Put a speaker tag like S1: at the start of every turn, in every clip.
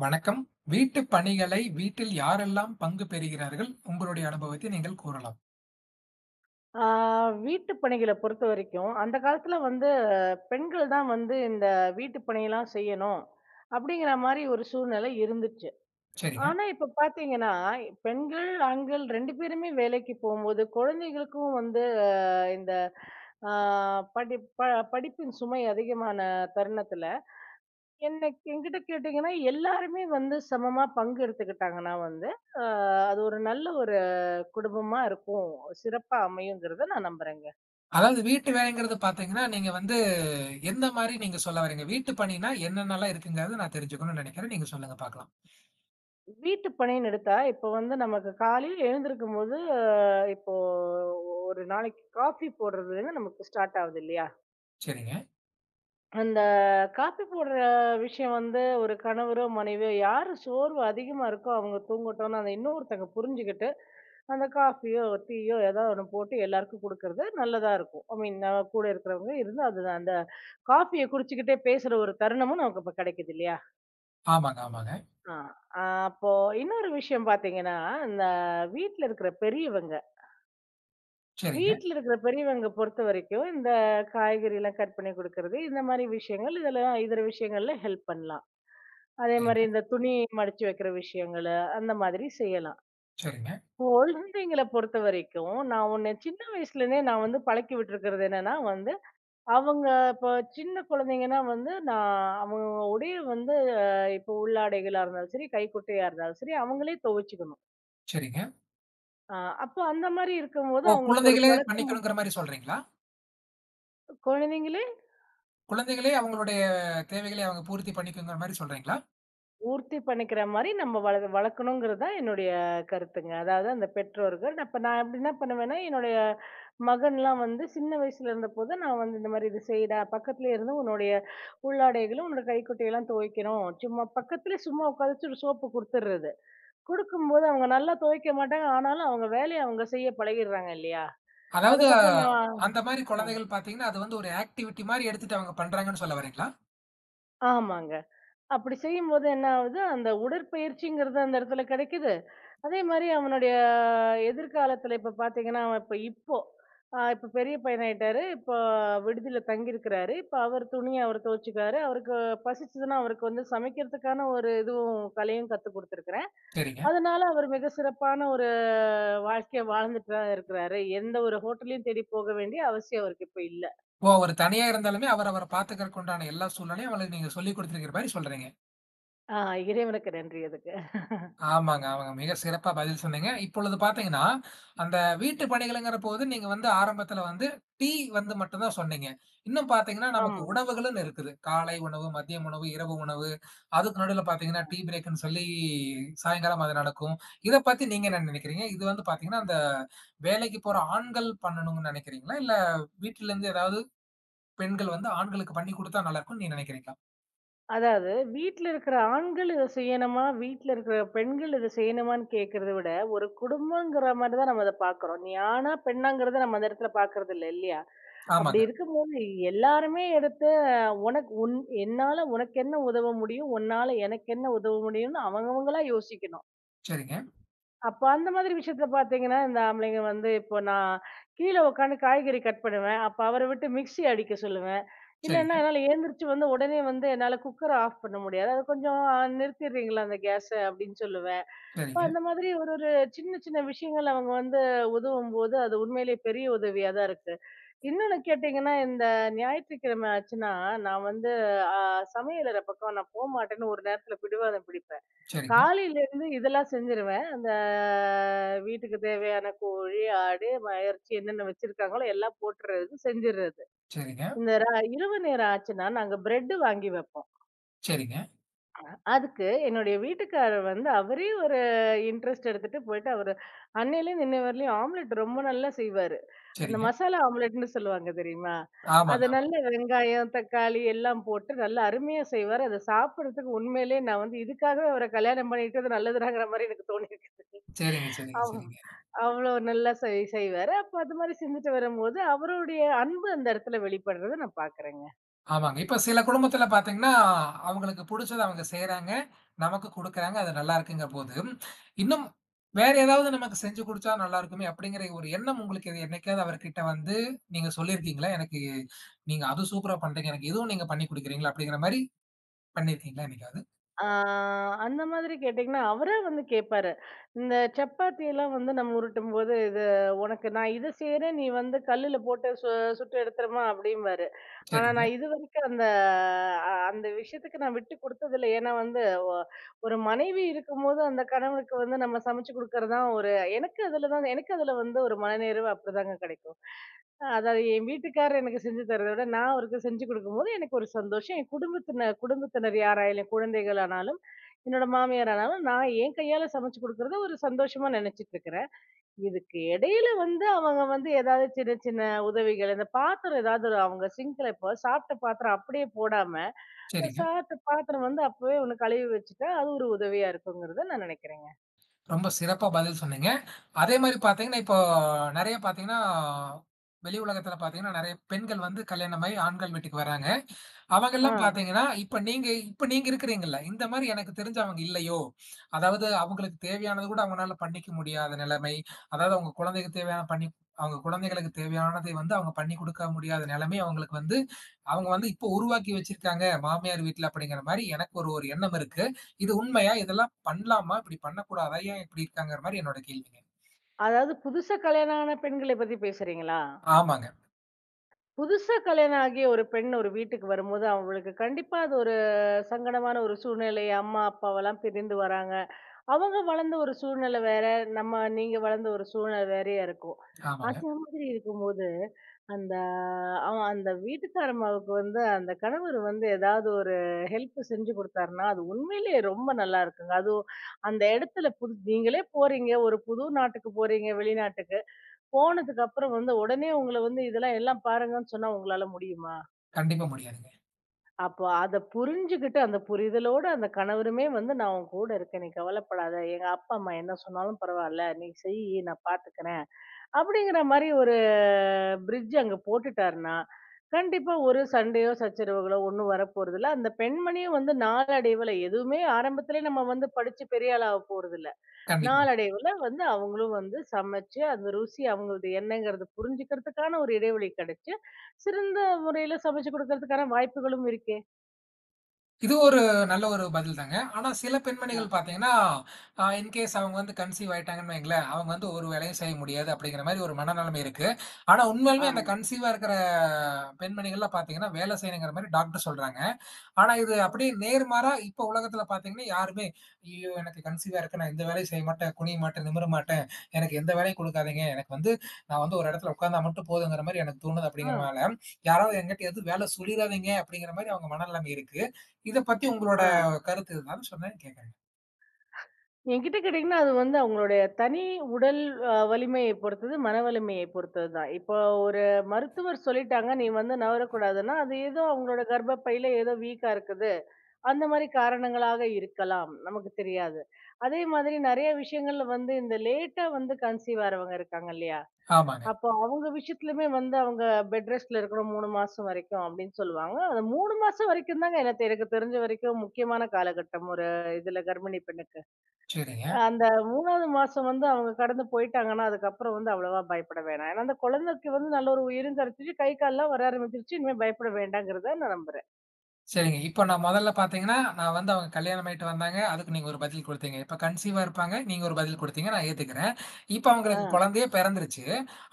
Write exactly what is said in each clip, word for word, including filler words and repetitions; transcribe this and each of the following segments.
S1: வணக்கம். வீட்டு பணிகளை வீட்டில் யாரெல்லாம் பங்கு பெறுகிறார்கள்? உங்களுடைய அனுபவத்தை நீங்கள் கூறலாம்.
S2: ஆ வீட்டு பணிகள பொறுத்தவரைக்கும், அந்த காலத்துல வந்து அஹ், பெண்கள் தான் வந்து இந்த வீட்டு பணியெல்லாம் செய்யணும். அப்படிங்கிற மாரி ஒரு சூழ்நிலை இருந்துச்சு.
S1: சரிங்க.
S2: ஆனா இப்ப பாத்தீங்கன்னா, பெண்கள், ஆண்கள் இரண்டு பேருமே வேலைக்கு போம்போது, குழந்தைகளுக்கும் வந்து அஹ், இந்த ஆ படி ப படிப்பின் சுமை அதிகமான தருணத்துல, என்ன என்கிட்ட கேட்டீங்கன்னா, எல்லாருமே வந்து சமமா பங்கு எடுத்துக்கிட்டாங்கன்னா வந்து, அ அது ஒரு நல்ல ஒரு குடும்பமா இருக்கும். சிறப்பா அமையுங்கிறத நான் நம்புறேங்க.
S1: அதாவது வீட்டு வேலைங்கிறது பார்த்தீங்கன்னா, நீங்க வந்து எந்த மாரி நீங்க சொல்ல வரீங்க? வீட்டு பணினா என்னென்னலாம் இருக்குங்கிறத நான் தெரிஞ்சுக்கணும்னு நெனைக்கிறேன். நீங்க சொல்லுங்க பார்க்கலாம்.
S2: வீட்டு பணின்னு எடுத்தா, இப்போ வந்து நமக்கு காலையில எழுந்திருக்கும்போது, இப்போ ஒரு நாளைக்கு காஃபி போடுறதுலேருந்து நமக்கு ஸ்டார்ட் ஆகுது இல்லையா?
S1: சரிங்க.
S2: அந்த காஃபி போடுற விஷயம் வந்து ஒரு கணவரோ, மனைவியோ யாரு சோர்வு அதிகமா இருக்கோ அவங்க தூங்கட்டும்னு அந்த இன்னொருத்தங்க புரிஞ்சுகிட்டு, அந்த காஃபியோ, டீயோ ஏதாவது ஒண்ணு போட்டு எல்லாருக்கும் குடுக்கறது நல்லதா இருக்கும். ஐ மீன் நம்ம கூட இருக்கிறவங்க இருந்து அது அந்த காஃபிய குடிச்சுக்கிட்டே பேசுற ஒரு தருணமும் நமக்கு இப்ப கிடைக்குது இல்லையா?
S1: ஆமாங்க, ஆமாங்க.
S2: ஆ, ஆ, அப்போ இன்னொரு விஷயம் பார்த்தீங்கன்னா, இந்த வீட்ல இருக்கிற பெரியவங்க
S1: சரிங்க,
S2: வீட்ல இருக்கிற பெரியவங்க பொறுத்த வரைக்கும், இந்த காய்கறிலாம் கட் பண்ணி குடுக்கறது, இந்த மாரி விஷயங்கள் இதெல்லாம் இதர விஷயங்கள்ல ஹெல்ப் பண்ணலாம். அதே
S1: சரிங்க,
S2: மாரி இந்த துணி மடிச்சு வைக்கிற விஷயங்களு, அந்த மாதிரி செய்யலாம்.
S1: சரிங்க,
S2: குழந்தைங்கள பொறுத்த வரைக்கும், நான் ஒண்ணு சின்ன வயசுலேருந்தே நான் வந்து பழக்கி விட்டுருக்கிறது என்னன்னா வந்து, அவங்க இப்போ சின்ன குழந்தைங்கன்னா வந்து, நான் அவங்க உடைய வந்து அ இப்போ உள்ளாடைகளா இருந்தாலும் சரி, கைக்குட்டையா இருந்தாலும் சரி, அவங்களே துவச்சுக்கணும்.
S1: சரிங்க.
S2: ஆ, அப்போ அந்த மாரி இருக்கும்போது,
S1: ஓ!
S2: அவங்களுக்கு ஒரு
S1: குழந்தைகளே
S2: பழக்கம்
S1: பண்ணிக்கணுங்கிற மாரி சொல்றீங்களா?
S2: குழந்தைங்களே
S1: குழந்தைகளே அவங்களுடைய தேவைகளை அவங்க பூர்த்தி பண்ணிக்குங்கிற மாரி சொல்றீங்களா?
S2: பூர்த்தி பண்ணிக்கிற மாரி நம்ம வள வளர்க்கணுங்கிறது தான் என்னுடைய கருத்துங்க. அதாவது அந்த பெற்றோர்கள் அப்ப நான் எப்படி என்ன பண்ணுவேன்னா, என்னுடைய மகன்லாம் வந்து சின்ன வயசுல இருந்தபோது, நான் வந்து இந்த மாரி "இது செய்டா, பக்கத்துலயே இருந்து உன்னுடைய உள்ளாடைகளும், உன்னோட கைக்குட்டையெல்லாம் துவைக்கணும். சும்மா பக்கத்துலயே சும்மா உட்காந்துச்சு ஒரு சோப்பு குடுத்துடுறது." குடுக்கும்போது அவங்க நல்லா துவைக்க மாட்டாங்க. ஆனாலும் அவங்க வேலைய அவங்க செய்ய பழகிடுறாங்க இல்லையா?
S1: அதாவது
S2: அதுக்கப்புறம் நான்
S1: அந்த மாரி
S2: ஆ
S1: குழந்தைகள் பார்த்தீங்கன்னா, அது வந்து ஒரு ஆக்டிவிட்டி மாரி எடுத்துட்டு அவங்க பண்றாங்கன்னு சொல்ல வரீங்களா?
S2: ஆமாங்க. அப்படி செய்யும்போது என்ன ஆகுது? அந்த உடற்பயிற்சிங்கிறது அந்த இடத்துல கிடைக்குது. அதே மாரி அவனுடைய எதிர்காலத்துல இப்ப பார்த்தீங்கன்னா, அவன் இப்ப இப்போ அ இப்ப பெரிய பையனாயிட்டாரு. இப்போ விடுதியில தங்கியிருக்கிறாரு. இப்ப அவர் துணிய அவர் துவச்சுக்கிறாரு. அவருக்கு பசிச்சதுன்னா, அவருக்கு வந்து சமைக்கிறதுக்கான ஒரு இதுவும் கலையும் கத்துக் குடுத்துருக்கிறேன்.
S1: சரிங்க.
S2: அதனால அவர் மிக சிறப்பான ஒரு வாழ்க்கைய வாழ்ந்துட்டு தான் இருக்கிறாரு. எந்த ஒரு ஹோட்டலையும் தேடி போக வேண்டிய அவசியம் அவருக்கு இப்ப இல்ல.
S1: ஓ! அவரு தனியா இருந்தாலுமே, அவர் அவர பாத்துக்கறக்கு உண்டான எல்லா சூழலையும் அவளுக்கு நீங்க சொல்லிக் குடுத்திருக்கிற மாரி சொல்றீங்க.
S2: ஆ இறைவனுக்கு நன்றி அதுக்கு.
S1: ஆமாங்க, ஆமாங்க. மிக சிறப்பா பதில் சொன்னீங்க. இப்பொழுது பாத்தீங்கன்னா, அந்த வீட்டு பணிகளுங்கிற போது நீங்க வந்து ஆரம்பத்துல வந்து டீ வந்து மட்டும் தான் சொன்னீங்க. இன்னும் பாத்தீங்கன்னா, நமக்கு
S2: ஆமா.
S1: உணவுகளுன்னு இருக்குது. காலை உணவு, மதியம் உணவு, இரவு உணவு. அதுக்கு நடுவுல பாத்தீங்கன்னா, டீ பிரேக்குன்னு சொல்லி சாயங்காலம் அது நடக்கும். இத பத்தி நீங்க என்ன நெனைக்கிறீங்க? இது வந்து பாத்தீங்கன்னா, அந்த வேலைக்கு போற ஆண்கள் பண்ணணும்னு நெனைக்கிறீங்களா? இல்ல வீட்ல இருந்து ஏதாவது பெண்கள் வந்து ஆண்களுக்கு பண்ணி குடுத்தா நல்லாருக்கும்னு நீங்க நெனைக்கிறீங்களா?
S2: அதாவது வீட்ல இருக்கிற ஆண்கள் இத செய்யணுமா? வீட்ல இருக்கிற பெண்கள் இத செய்யணுமான்னு கேட்கிறத விட, ஒரு குடும்பங்கிற மாரி தான் நம்ம அத பார்க்கிறோம். நீ ஆணா, பெண்ணாங்கிறத நம்ம அந்த இடத்துல பார்க்கறது இல்ல, இல்லையா? அப்படி
S1: ஆமாங்க.
S2: இருக்கும்போது எல்லாருமே எடுத்து அஹ், உனக்கு உன் என்னால உனக்கு என்ன உதவ முடியும்? உன்னால எனக்கு என்ன உதவ முடியும்னு அவங்கவங்களா யோசிக்கணும்.
S1: சரிங்க,
S2: அப்ப அந்த மாதிரி விஷயத்துல பார்த்தீங்கன்னா, இந்த ஆம்பளைங்க வந்து இப்போ நான் கீழ உட்காந்து காய்கறி கட் பண்ணுவேன். அப்ப அவர விட்டு மிக்ஸி அடிக்க சொல்லுவேன். இல்லன்னா,
S1: சரிங்க,
S2: என்னால எழுந்திரிச்சு வந்து உடனே வந்து என்னால குக்கர ஆஃப் பண்ண முடியாது. "அது கொஞ்சம் அஹ், நிறுத்திடுறீங்களா அந்த கேஸ?" அப்படின்னு சொல்லுவேன். அப்ப
S1: சரிங்க,
S2: அந்த மாதிரி ஒரு ஒரு சின்ன சின்ன விஷயங்கள் அவங்க வந்து உதவும்போது, அது உண்மையிலேயே பெரிய உதவியா தான் இருக்கு. இன்னொன்னு கேட்டீங்கன்னா, இந்த ஞாயிற்றுக்கிழமை ஆச்சுன்னா, நான் வந்து அ சமையலறை பக்கம் நான் போமாட்டேன்னு ஒரு நேரத்துல பிடிவாதம் பிடிப்பேன்.
S1: சரிங்க,
S2: காலையில இருந்து இதெல்லாம் செஞ்சுருவேன். அந்த வீட்டுக்கு தேவையான கோழி, ஆடு, ம இறைச்சி என்னென்ன வச்சிருக்காங்களோ எல்லாம் போட்டுறது, செஞ்சுர்றது.
S1: சரிங்க,
S2: இந்த ர இரவு நேரம் ஆச்சுன்னா, நாங்க பிரெட் வாங்கி வைப்போம்.
S1: சரிங்க,
S2: அதுக்கு என்னுடைய வீட்டுக்காரர் வந்து அவரே ஒரு இன்ட்ரெஸ்ட் எடுத்துட்டு போயிட்டு அவரு அன்னையிலயும் நின்ன வரையிலயும் ஆம்லெட் ரொம்ப நல்லா செய்வாரு. அந்த
S1: சரிங்க.
S2: மசாலா ஆம்லெட்ன்னு சொல்லுவாங்க தெரியுமா? அது
S1: ஆமாங்க, ஆமா.
S2: நல்ல வெங்காயம், தக்காளி எல்லாம் போட்டு நல்லா அருமையா செய்வாரு. அத சாப்பிடுறதுக்கு உண்மையிலேயே நான் வந்து இதுக்காகவே அவர கல்யாணம் பண்ணிக்கிட்டது நல்லதுடாங்கிற மாரி எனக்கு தோணியிருக்குது.
S1: சரிங்க, சரிங்க,
S2: அவ்
S1: சரிங்க.
S2: அவ்ளோ நல்லா செய் செய்வாரு. அப்ப அது மாரி செஞ்சுட்டு வரும்போது அவருடைய அன்பு அந்த இடத்துல வெளிப்படுறத நான் பார்க்குறேங்க.
S1: ஆமாங்க. இப்ப சில குடும்பத்துல பார்த்தீங்கன்னா, அவங்களுக்கு புடிச்சத அவங்க செய்றாங்க. நமக்கு குடுக்குறாங்க. அது நல்லா இருக்குங்க போது, இன்னும் வேற ஏதாவது நமக்கு செஞ்சு குடுச்சா நல்லா இருக்குமே அப்படிங்கிற ஒரு எண்ணம் உங்களுக்கு இது என்னைக்காவது அவர்கிட்ட வந்து நீங்க சொல்லியிருக்கீங்களா? எனக்கு நீங்க அது சூப்பரா பண்றீங்க. எனக்கு இதுவும் நீங்க பண்ணி குடுக்குறீங்களா? அப்படிங்கிற மாரி பண்ணியிருக்கீங்களா என்னைக்காவது?
S2: ஆ அந்த மாதிரி கேட்டீங்கன்னா, அவரே வந்து கேட்பாரு. இந்த சப்பாத்தி எல்லாம் வந்து நம்ம உருட்டும்போது, "இது உனக்கு நான் இத செய்றேன். நீ வந்து கல்லுல போட்டு சு சுட்டு எடுத்துருமா" அப்படிம்பாரு. ஆனா
S1: சரிங்க,
S2: நான் இதுவரைக்கும் அந்த அ அந்த விஷயத்துக்கு நான் விட்டு குடுத்ததில்ல. ஏன்னா வந்து ஒ ஒரு மனைவி இருக்கும்போது, அந்த கணவனுக்கு வந்து நம்ம சமைச்சு குடுக்கறது தான் ஒரு எனக்கு அதுல தான் எனக்கு அதுல வந்து ஒரு மனநிறைவு அப்படிதாங்க கிடைக்கும். அதாவது என் வீட்டுக்காரர் எனக்கு செஞ்சு தரத விட, நான் அவருக்கு செஞ்சு குடுக்கும்போது எனக்கு ஒரு சந்தோஷம். என் குடும்பத்தினர் குடும்பத்தினர் யாராயாலும், என் குழந்தைகள் ஆனாலும், என்னோட மாமியார் ஆனாலும், நான் என் கையால சமைச்சு குடுக்குறத ஒரு சந்தோஷமா நெனச்சுட்டு இருக்கிறேன். இதுக்கு இடையில வந்து அவங்க வந்து ஏதாவது சின்ன சின்ன உதவிகள், இந்த பாத்திரம் ஏதாவது ஒரு அவங்க சிங்க்ல இப்போ சாப்பிட்ட பாத்திரம் அப்படியே போடாம,
S1: சரிங்க.
S2: சாப்பிட்ட பாத்திரம் வந்து அப்பவே ஒண்ணு கழுவி வச்சுட்டா, அது ஒரு உதவியா இருக்குங்கிறத நான் நெனைக்கிறேங்க.
S1: ரொம்ப சிறப்பா பதில் சொன்னீங்க. அதே மாரி பார்த்தீங்கன்னா, இப்போ நெறைய பார்த்தீங்கன்னா, வெளி உலகத்துல பார்த்தீங்கன்னா, நெறைய பெண்கள் வந்து கல்யாணமாயி ஆண்கள் வீட்டுக்கு வராங்க.
S2: ஆ.
S1: அவங்கெல்லாம் பார்த்தீங்கன்னா, இப்ப நீங்க இப்ப நீங்க இருக்கிறீங்கல்ல, இந்த மாரி எனக்கு தெரிஞ்சு அவங்க இல்லையோ! அதாவது அவங்களுக்கு தேவையானது கூட அவங்கனால பண்ணிக்க முடியாத நிலைமை, அதாவது அவங்க குழந்தைக்கு தேவையான பண்ணி அவங்க குழந்தைகளுக்கு தேவையானதை வந்து அவங்க பண்ணி குடுக்க முடியாத நிலைமை அவங்களுக்கு வந்து அவங்க வந்து இப்போ உருவாக்கி வச்சிருக்காங்க மாமியார் வீட்ல அப்படிங்கிற மாரி எனக்கு ஒரு ஒரு எண்ணம் இருக்கு. இது உண்மையா? இதெல்லாம் பண்ணலாமா? இப்படி பண்ணக்கூடாதா? ஏன் இப்படி இருக்காங்கற மாரி என்னோட கேள்விங்க.
S2: அதாவது புதுசா கல்யாணம் ஆன பெண்கள பத்தி பேசுறீங்களா?
S1: ஆமாங்க,
S2: புதுசா கல்யாணம் ஆகிய ஒரு பெண் ஒரு வீட்டுக்கு வரும்போது, அவங்களுக்கு கண்டிப்பா அது ஒரு சங்கடமான ஒரு சூழ்நிலை. அம்மா, அப்பாவெல்லாம் பிரிந்து வராங்க. அவங்க வளர்ந்த ஒரு சூழ்நிலை வேற, நம்ம நீங்க வளர்ந்த ஒரு சூழ்நிலை வேறயா இருக்கும்.
S1: ஆமாங்க.
S2: அந்த மாதிரி இருக்கும்போது, அந்த அவன் அந்த வீட்டுக்காரம்மாவுக்கு வந்து அந்த கணவர் வந்து ஏதாவது ஒரு ஹெல்ப் செஞ்சு குடுத்தாருன்னா, அது உண்மையிலேயே ரொம்ப நல்லா இருக்குங்க. அதுவும் அந்த இடத்துல புது நீங்களே போறீங்க, ஒரு புது நாட்டுக்கு போறீங்க, வெளிநாட்டுக்கு. போனதுக்கு அப்புறம் வந்து உடனே உங்கள வந்து இதெல்லாம் எல்லாம் பாருங்கன்னு சொன்னா உங்களால முடியுமா?
S1: கண்டிப்பா முடியாதுங்க.
S2: அப்போ அத புரிஞ்சுகிட்டு, அந்த புரிதலோட அந்த கணவருமே வந்து, "நான் உன் கூட இருக்கேன். நீ கவலைப்படாத. எங்க அப்பா, அம்மா என்ன சொன்னாலும் பரவால்ல. நீ செய்யி. நான் பார்த்துக்கிறேன்." அப்படிங்கிற மாரி ஒரு பிரிட்ஜ் அங்க போட்டுட்டாருன்னா, கண்டிப்பா ஒரு சண்டையோ, சச்சரவுகளோ ஒண்ணும் வரப்போறதில்ல. அந்த பெண்மணியும் வந்து நாளடைவுல எதுவுமே ஆரம்பத்திலே நம்ம வந்து படிச்சு பெரிய ஆள் ஆக போறதில்ல.
S1: கண்டிப்பா.
S2: நாளடைவுல வந்து அவங்களும் வந்து சமைச்சு, அந்த ருசி அவங்களது என்னங்கிறது புரிஞ்சுக்கிறதுக்கான ஒரு இடைவெளி கிடைச்சு, சிறந்த முறையில சமைச்சு குடுக்கறதுக்கான வாய்ப்புகளும் இருக்கே.
S1: இது ஒரு நல்ல ஒரு பதில் தாங்க. ஆனா சில பெண்மணிகள் பார்த்தீங்கன்னா, அ இன்கேஸ் அவங்க வந்து கன்சீவ் ஆயிட்டாங்கன்னு வைங்களேன், அவங்க வந்து ஒரு வேலையும் செய்ய முடியாது அப்படிங்கிற மாரி ஒரு மனநிலைமை இருக்கு. ஆனா உண்மையாலுமே அந்த
S2: ஆமா.
S1: கன்சீவா இருக்கிற பெண்மணிகள்லாம் பார்த்தீங்கன்னா, வேலை செய்யணுங்கிற மாரி டாக்டர் சொல்றாங்க. ஆனா இது அப்படியே நேர்மாறா இப்ப உலகத்துல பார்த்தீங்கன்னா, யாருமே "ஐயய்யோ! எனக்கு கன்சீவா இருக்கு. நான் எந்த வேலையும் செய்ய மாட்டேன், குனிய மாட்டேன், நிமிர மாட்டேன். எனக்கு எந்த வேலையும் குடுக்காதீங்க. எனக்கு வந்து நான் வந்து ஒரு இடத்துல உட்கார்ந்தா மட்டும் போதுங்கிற மாரி எனக்கு தோணுது."
S2: ஆ,
S1: அப்படிங்கிறனால, யாராவது என்கிட்ட எதுவும் வேலை சொல்லிறாதீங்க அப்படிங்கிற மாரி அவங்க மனநிலைமை இருக்கு. இத பத்தி உங்களோட
S2: ஆ.
S1: கருத்து இதுதான்னு சொன்னேன் கேட்கிறேன்.
S2: என்கிட்ட கேட்டீங்கன்னா, அது வந்து அவங்களுடைய தனி உடல் அ வலிமையை பொறுத்தது, மன வலிமையை பொறுத்தது தான். இப்போ ஒரு மருத்துவர் சொல்லிட்டாங்க, "நீ வந்து நவரக்கூடாதுன்னா," அது ஏதோ அவங்களோட கர்ப்பப்பையில ஏதோ வீக்கா இருக்குது. அந்த மாரி காரணங்களாக இருக்கலாம். நமக்கு தெரியாது. அதே மாதிரி நெறைய விஷயங்கள்ல வந்து இந்த லேட்டா வந்து கன்சீவ் ஆறவங்க இருக்காங்க இல்லையா?
S1: ஆமாங்க.
S2: அப்போ அவங்க விஷயத்துலயுமே வந்து அவங்க பெட் ரெஸ்ட்ல இருக்கணும் மூன்று மாசம் வரைக்கும் அப்படின்னு சொல்லுவாங்க. அந்த மூன்று மாசம் வரைக்கும் தாங்க எனக்கு எனக்கு தெரிஞ்ச வரைக்கும் முக்கியமான காலகட்டம் ஒரு இதுல கர்ப்பிணி பெண்ணுக்கு.
S1: சரிங்க.
S2: அந்த மூன்றாவது மாசம் வந்து அவங்க கடந்து போயிட்டாங்கன்னா, அதுக்கப்புறம் வந்து அவ்வளவா பயப்பட வேணாம். ஏன்னா அந்த குழந்தைக்கு வந்து நல்ல ஒரு உயிரும் கிடைச்சுச்சு, கை கால்லாம் வர ஆரம்பிச்சுருச்சு. இனிமே பயப்பட வேண்டாங்கிறத நான் நம்புறேன்.
S1: சரிங்க. இப்ப நான் முதல்ல பார்த்தீங்கன்னா, நான் வந்து அவங்க கல்யாணம் ஆயிட்டு வந்தாங்க. அதுக்கு நீங்க ஒரு பதில் குடுத்தீங்க. இப்ப கன்சீவா இருப்பாங்க. நீங்க ஒரு பதில் குடுத்தீங்க. நான் ஏத்துக்கிறேன். இப்ப
S2: ஆ,
S1: அவங்களுக்கு குழந்தையே பிறந்துருச்சு.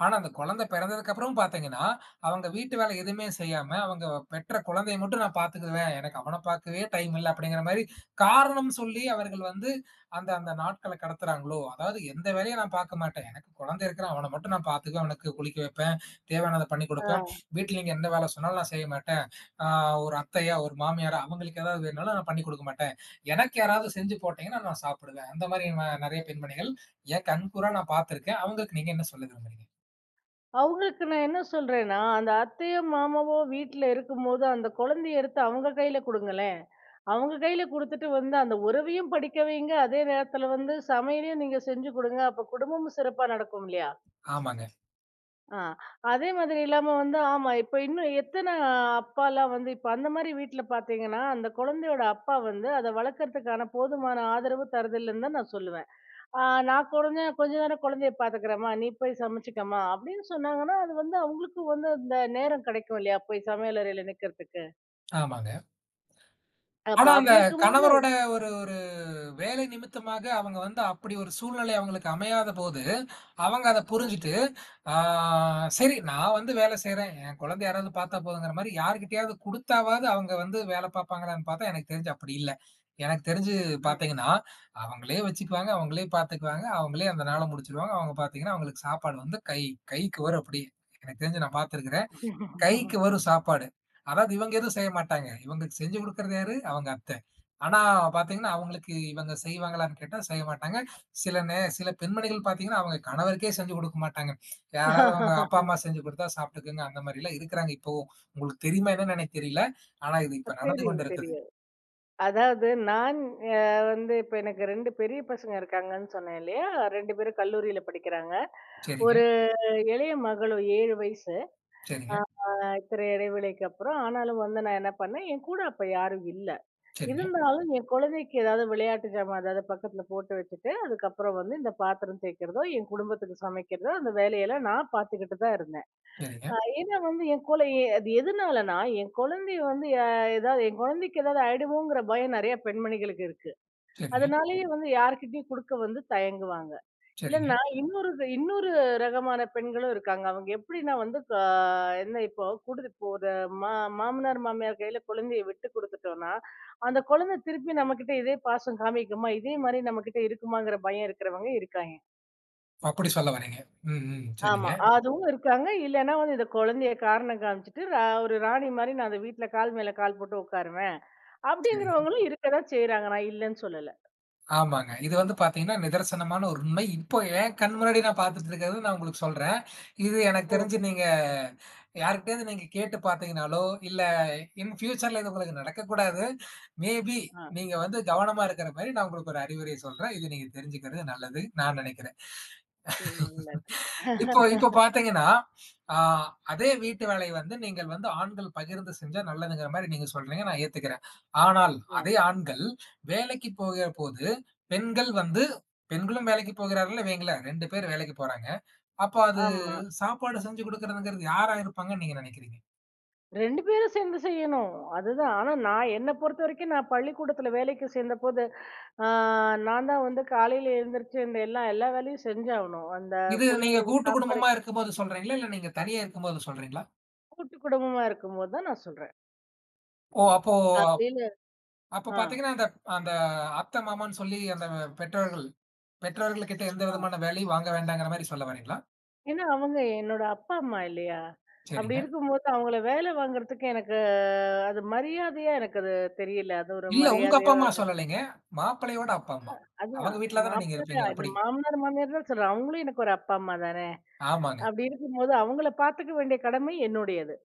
S1: ஆனா, அந்த குழந்தை பிறந்ததுக்கு அப்புறம் பார்த்தீங்கன்னா, அவங்க வீட்டு வேலை எதுவுமே செய்யாம, அவங்க பெற்ற குழந்தைய மட்டும் நான் பார்த்துக்குவேன். எனக்கு அவன பார்க்கவே டைம் இல்ல அப்படிங்கிற மாரி காரணம் சொல்லி அவர்கள் வந்து அந்த அந்த நாட்கள கடத்துறாங்களோ, அதாவது எந்த வேலையும் நான் பார்க்க மாட்டேன். எனக்கு குழந்தை இருக்கிறான். அவன மட்டும் நான் பார்த்துக்குவேன். அவனுக்கு குளிக்க வைப்பேன். தேவையானத பண்ணி குடுப்பேன்.
S2: ஆ.
S1: வீட்ல நீங்க எந்த வேலை சொன்னாலும் நான் செய்ய மாட்டேன். ஆ ஒரு அத்தையா, ஒரு மாமியாரா அவங்களுக்கு ஏதாவது வேணும்னாலும் நான் பண்ணி குடுக்க மாட்டேன். எனக்கு யாராவது செஞ்சு போட்டீங்கன்னா, நான் சாப்பிடுவேன். அந்த மாரி ம நெறைய பெண்மணிகள் என் கண்கூரா நான் பார்த்திருக்கேன். அவங்களுக்கு நீங்க என்ன சொல்ல விரும்புறீங்க?
S2: அவங்களுக்கு நான் என்ன சொல்றேன்னா, அந்த அத்தையோ, மாமாவோ வீட்ல இருக்கும்போது, அந்த குழந்தைய எடுத்து அவங்க கையில குடுங்களேன். அவங்க கையில குடுத்துட்டு வந்து அந்த உறவையும் படிக்க வைங்க. அதே நேரத்துல வந்து சமையலையும் நீங்க செஞ்சு குடுங்க. அப்ப குடும்பமும் சிறப்பா நடக்கும் இல்லையா?
S1: ஆமாங்க,
S2: ஆ. அதே மாதிரி இல்லாம வந்து ஆமா, இப்ப இன்னும் எத்தன அப்பாலாம் வந்து இப்ப அந்த மாரி வீட்ல பார்த்தீங்கன்னா, அந்த குழந்தையோட அப்பா வந்து அத வளர்க்கறதுக்கான போதுமான ஆதரவு தர்றதில்லன்னு தான் நான் சொல்லுவேன். ஆ நான் குழந்தை கொஞ்ச நேரம் குழந்தைய பார்த்துக்கிறேம்மா, நீ போய் சமைச்சுக்கம்மா அப்படின்னு சொன்னாங்கன்னா, அது வந்து அவங்களுக்கு வந்து அந்த நேரம் கிடைக்கும் இல்லையா? போய் சமையல் அறையில நிக்கிறதுக்கு.
S1: ஆமாங்க.
S2: அப்ப
S1: ஆனா அந்த
S2: அப்படி இருக்கும்போது
S1: கணவரோட ஒரு ஒரு வேலை நிமித்தமாக அவங்க வந்து அப்படி ஒரு சூழ்நிலை அவங்களுக்கு அமையாத போது, அவங்க அத
S2: அ,
S1: புரிஞ்சுட்டு, ஆ சரி நான் வந்து வேலை செய்றேன். என் குழந்தை யாராவது பார்த்தா போதுங்கிற மாரி யார்கிட்டயாவது குடுத்தாவது அவங்க வந்து வேலை பார்ப்பாங்களான்னு பார்த்தா, எனக்கு தெரிஞ்சு அப்படி இல்ல. எனக்கு தெரிஞ்சு
S2: அ.
S1: பார்த்தீங்கன்னா, அவங்களே வச்சுக்குவாங்க, அவங்களே பார்த்துக்குவாங்க, அவங்களே அந்த நாள முடிச்சுருவாங்க. அவங்க பார்த்தீங்கன்னா, அவங்களுக்கு சாப்பாடு வந்து கை கைக்கு வரும் அப்படியே. எனக்கு தெரிஞ்சு நான் பார்த்துருக்கிறேன். கைக்கு வரும் சாப்பாடு. அதாவது இவங்க எதுவும் செய்ய மாட்டாங்க. இவங்களுக்கு செஞ்சு குடுக்குறது யாரு? அவங்க அத்த. ஆனா பார்த்தீங்கன்னா, அவங்களுக்கு இவங்க செய்வாங்களான்னு கேட்டா செய்ய மாட்டாங்க. சில நே சில பெண்மணிகள் பார்த்தீங்கன்னா, அவங்க கணவருக்கே செஞ்சு குடுக்க மாட்டாங்க. யாராவது அவங்க அப்பா, அம்மா செஞ்சு குடுத்தா சாப்பிட்டுக்குங்க அந்த மாரிலாம் இருக்கிறாங்க இப்பவும். உங்களுக்கு தெரியுமா என்னன்னு எனக்கு தெரியல. ஆனா இது இப்ப நடந்து
S2: தெரியும்,
S1: கொண்டு இருக்குது.
S2: தெரியும். அதாவது நான் அ வந்து இப்ப எனக்கு இரண்டு பெரிய பசங்க இருக்காங்கன்னு சொன்னேன் இல்லையா? இரண்டு பேரும் கல்லூரியில படிக்கிறாங்க.
S1: சரிங்க,
S2: ஒரு இளைய மகளும் ஏழு வயசு.
S1: சரிங்க,
S2: அ இத்தனை இடைவேளைக்கு அப்புறம். ஆனாலும் வந்து நான் என்ன பண்ணேன், என் கூட அப்ப யாரும் இல்ல.
S1: சரிங்க,
S2: இருந்தாலும் என் குழந்தைக்கு ஏதாவது விளையாட்டு ஜாமான் ஏதாவது பக்கத்துல போட்டு வச்சுட்டு, அதுக்கப்புறம் வந்து இந்த பாத்திரம் தேய்க்கிறதோ, என் குடும்பத்துக்கு சமைக்கிறதோ, அந்த வேலையெல்லாம் நான் பார்த்துக்கிட்டு தான் இருந்தேன்.
S1: சரிங்க,
S2: அ ஏன்னா வந்து என் குழ எ அது எதுனாலன்னா, என் குழந்தைய வந்து அ ஏதாவது என் குழந்தைக்கு ஏதாவது ஆயிடுமோங்கிற பயம் நெறைய பெண்மணிகளுக்கு இருக்கு.
S1: சரிங்க,
S2: அதனாலேயே வந்து யார்கிட்டயும் குடுக்க வந்து தயங்குவாங்க.
S1: சரிங்க.
S2: இல்லன்னா இன்னொரு இன்னொரு ரகமான பெண்களும் இருக்காங்க. அவங்க எப்படின்னா வந்து க என்ன இப்போ குடுத்து இப்போ ஒரு மா மாமனார், மாமியார் கையில குழந்தைய விட்டு குடுத்துட்டோம்னா, அந்த குழந்தை திருப்பி நம்மகிட்ட இதே பாசம் காமிக்குமா? இதே மாரி நம்மகிட்ட இருக்குமாங்கிற பயம் இருக்கிறவங்க இருக்காங்க.
S1: ஓ! அப்படி சொல்ல வர்றீங்க. ம், ம்.
S2: ஆமா.
S1: சரிங்க,
S2: அதுவும் இருக்காங்க. இல்லன்னா வந்து இந்த குழந்தைய காரணம் காமிச்சுட்டு, ரா ஒரு ராணி மாரி நான் அந்த வீட்ல கால் மேல கால் போட்டு உட்காருவேன்.
S1: சரி.
S2: அப்படிங்கிறவங்களும் இருக்கதான் செய்றாங்க. நான் இல்லன்னு சொல்லல.
S1: ஆமாங்க. இது வந்து பார்த்தீங்கன்னா, நிதர்சனமான ஒரு உண்மை. இப்போ என் கண் முன்னாடி நான் பார்த்துட்டு இருக்கிறது நான் உங்களுக்கு சொல்றேன். இது எனக்கு
S2: ஓ!
S1: தெரிஞ்சு நீங்க யார்கிட்டயாவது நீங்க கேட்டு பார்த்தீங்கனாலோ, இல்ல இன் ஃபியூச்சர்ல இது உங்களுக்கு நடக்கக்கூடாது. மேபி
S2: ஆ.
S1: நீங்க வந்து கவனமா இருக்கிற மாரி நான் உங்களுக்கு ஒரு அறிவுரை சொல்றேன். இது நீங்க தெரிஞ்சுக்கிறது நல்லது நான் நினைக்கிறேன்.
S2: நல்லது.
S1: இப்போ இப்போ பார்த்தீங்கன்னா, ஆ அதே வீட்டு வேலை வந்து நீங்கள் வந்து ஆண்கள் பகிர்ந்து செஞ்சா நல்லதுங்கிற மாரி நீங்க சொல்றீங்க. நான் ஏத்துக்கிறேன். ஆனால்
S2: அ
S1: அதே ஆண்கள் வேலைக்கு போகிறபோது, பெண்கள் வந்து பெண்களும் வேலைக்கு போகிறார்கள் வைங்களேன். ரெண்டு பேர் வேலைக்கு போறாங்க. அப்ப அது
S2: ஆமா.
S1: சாப்பாடு செஞ்சு குடுக்குறதுங்கிறது யாரா இருப்பாங்கன்னு நீங்க நெனைக்கிறீங்க?
S2: இரண்டு பேரும் சேர்ந்து செய்யணும். அதுதான். ஆனா நான் என்ன பொறுத்த வரைக்கும் நான் பள்ளிக்கூடத்துல வேலைக்கு சேர்ந்தபோது, ஆ நான் தான் வந்து காலையில எழுந்திரிச்சு இந்த எல்லா எல்லா வேலையும் செஞ்சாகணும். அந்த
S1: இது நீங்க
S2: புள்ளைங்களுக்கு
S1: கூட்டு
S2: சாப்பாடு
S1: குடும்பமா இருக்கும்போது சொல்றீங்களா? இல்ல நீங்க தனியா இருக்கும்போது சொல்றீங்களா?
S2: கூட்டு குடும்பமா இருக்கும்போது தான் நான் சொல்றேன்.
S1: ஓ! அப்போ
S2: காலையில
S1: அப்ப
S2: ஆ,
S1: பார்த்தீங்கன்னா, அந்த அந்த அத்தை, மாமான்னு சொல்லி அந்த பெற்றோர்கள் பெற்றோர்கள்கிட்ட எந்த
S2: ஆ.
S1: விதமான வேலையும் வாங்க வேண்டாங்கிற மாரி சொல்ல வரீங்களா?
S2: ஏன்னா அவங்க என்னோட அப்பா, அம்மா இல்லையா? அப்படி
S1: சரிங்க.
S2: இருக்கும்போது அவங்கள வேலை வாங்குறதுக்கு எனக்கு அது மரியாதையா எனக்கு அது தெரியல. அது ஒரு
S1: இல்ல உங்க அப்பா,
S2: மரியாதையோ
S1: அம்மா சொல்லலைங்க. மாப்பிள்ளையோட அப்பா, அம்மா.
S2: அதான்
S1: அவங்க வீட்ல தானே நீங்க
S2: மாப்பிள்ளை,
S1: இருப்பீங்க
S2: இந்த
S1: அப்படி.
S2: மாமனார், மாமியார் தான் சொல்றேன். அவங்களும் எனக்கு ஒரு அப்பா, அம்மா தானே!
S1: ஆமாங்க.
S2: அப்படி இருக்கும்போது அவங்கள பார்த்துக்க வேண்டிய கடமை என்னுடையது.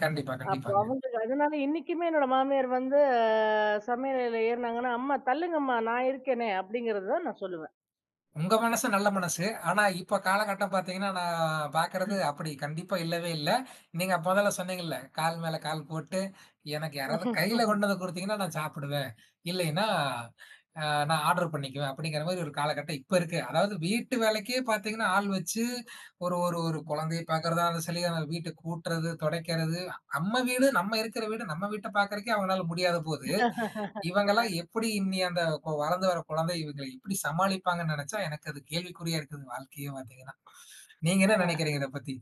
S1: கண்டிப்பா,
S2: அப்போ
S1: கண்டிப்பாங்க.
S2: அவங்களுக்கு அதனால இன்னைக்குமே என்னோட மாமியார் வந்து சமையல் அறையில ஏறுனாங்கன்னா, "அம்மா தள்ளுங்கம்மா நான் இருக்கேனே" அப்படிங்கிறது தான் நான் சொல்லுவேன்.
S1: உங்க மனசு நல்ல மனசு. ஆனா, இப்ப காலகட்டம் பார்த்தீங்கன்னா, நான் பார்க்கறது அப்படி கண்டிப்பா இல்லவே இல்ல. நீங்க மொதல்ல சொன்னீங்கல்ல, கால் மேல கால் போட்டு, எனக்கு யாராவது கையில கொண்டு வந்து குடுத்தீங்கன்னா நான் சாப்பிடுவேன். இல்லைன்னா நான் ஆர்டர் பண்ணிக்குவேன் அப்படிங்கிற மாதிரி ஒரு காலகட்டம் இப்ப இருக்கு. அதாவது வீட்டு வேலைக்கே பார்த்தீங்கன்னா, ஆள் வச்சு ஒரு ஒரு ஒரு குழந்தைய பார்க்கிறதா இருந்தாலும் சரி, அந்த வீட்ட கூட்டுறது, துடைக்கிறது, நம்ம வீடு, நம்ம இருக்கிற வீடு, நம்ம வீட்ட பார்க்கறக்கே அவங்களால முடியாத போது, இவங்கலாம் எப்படி இன்னி அந்த கொ வளர்ந்து வர குழந்தை இவங்கள எப்படி சமாளிப்பாங்கன்னு நெனச்சா, எனக்கு அது கேள்விக்குறியா இருக்குது வாழ்க்கையே பார்த்தீங்கன்னா. நீங்க என்ன
S2: ஆ.
S1: நெனைக்கிறீங்க இத பத்தி?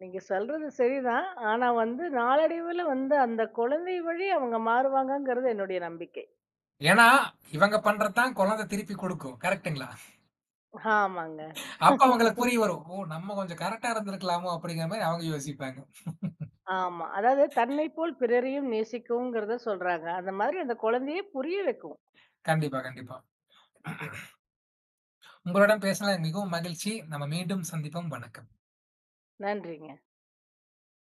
S2: நீங்க சொல்றது சரிதான். ஆனா வந்து நாளடைவுல வந்து அந்த குழந்தை வழி அவங்க மாறுவாங்கங்கிறது என்னுடைய நம்பிக்கை.
S1: ஏன்னா, இவங்க பண்றது தான் குழந்தை திருப்பி குடுக்கும். கரெக்ட்டுங்களா?
S2: ஆமாங்க.
S1: அப்ப அவங்களுக்கு புரிய வரும். ஓ! நம்ம கொஞ்சம் கரெக்ட்டா இருந்திருக்கலாமோ! அப்படிங்கிற மாரி அவங்க யோசிப்பாங்க.
S2: ஆமா. அதாவது தன்னை போல் பிறரையும் நேசிக்கவுங்கிறத சொல்றாங்க. அந்த மாதிரி அந்த குழந்தையை புரிய வைக்கும்.
S1: கண்டிப்பா, கண்டிப்பா. உங்களுடன் பேசினதில் மிகவும் மகிழ்ச்சி. நம்ம மீண்டும் சந்திப்போம். வணக்கம்.
S2: நன்றிங்க.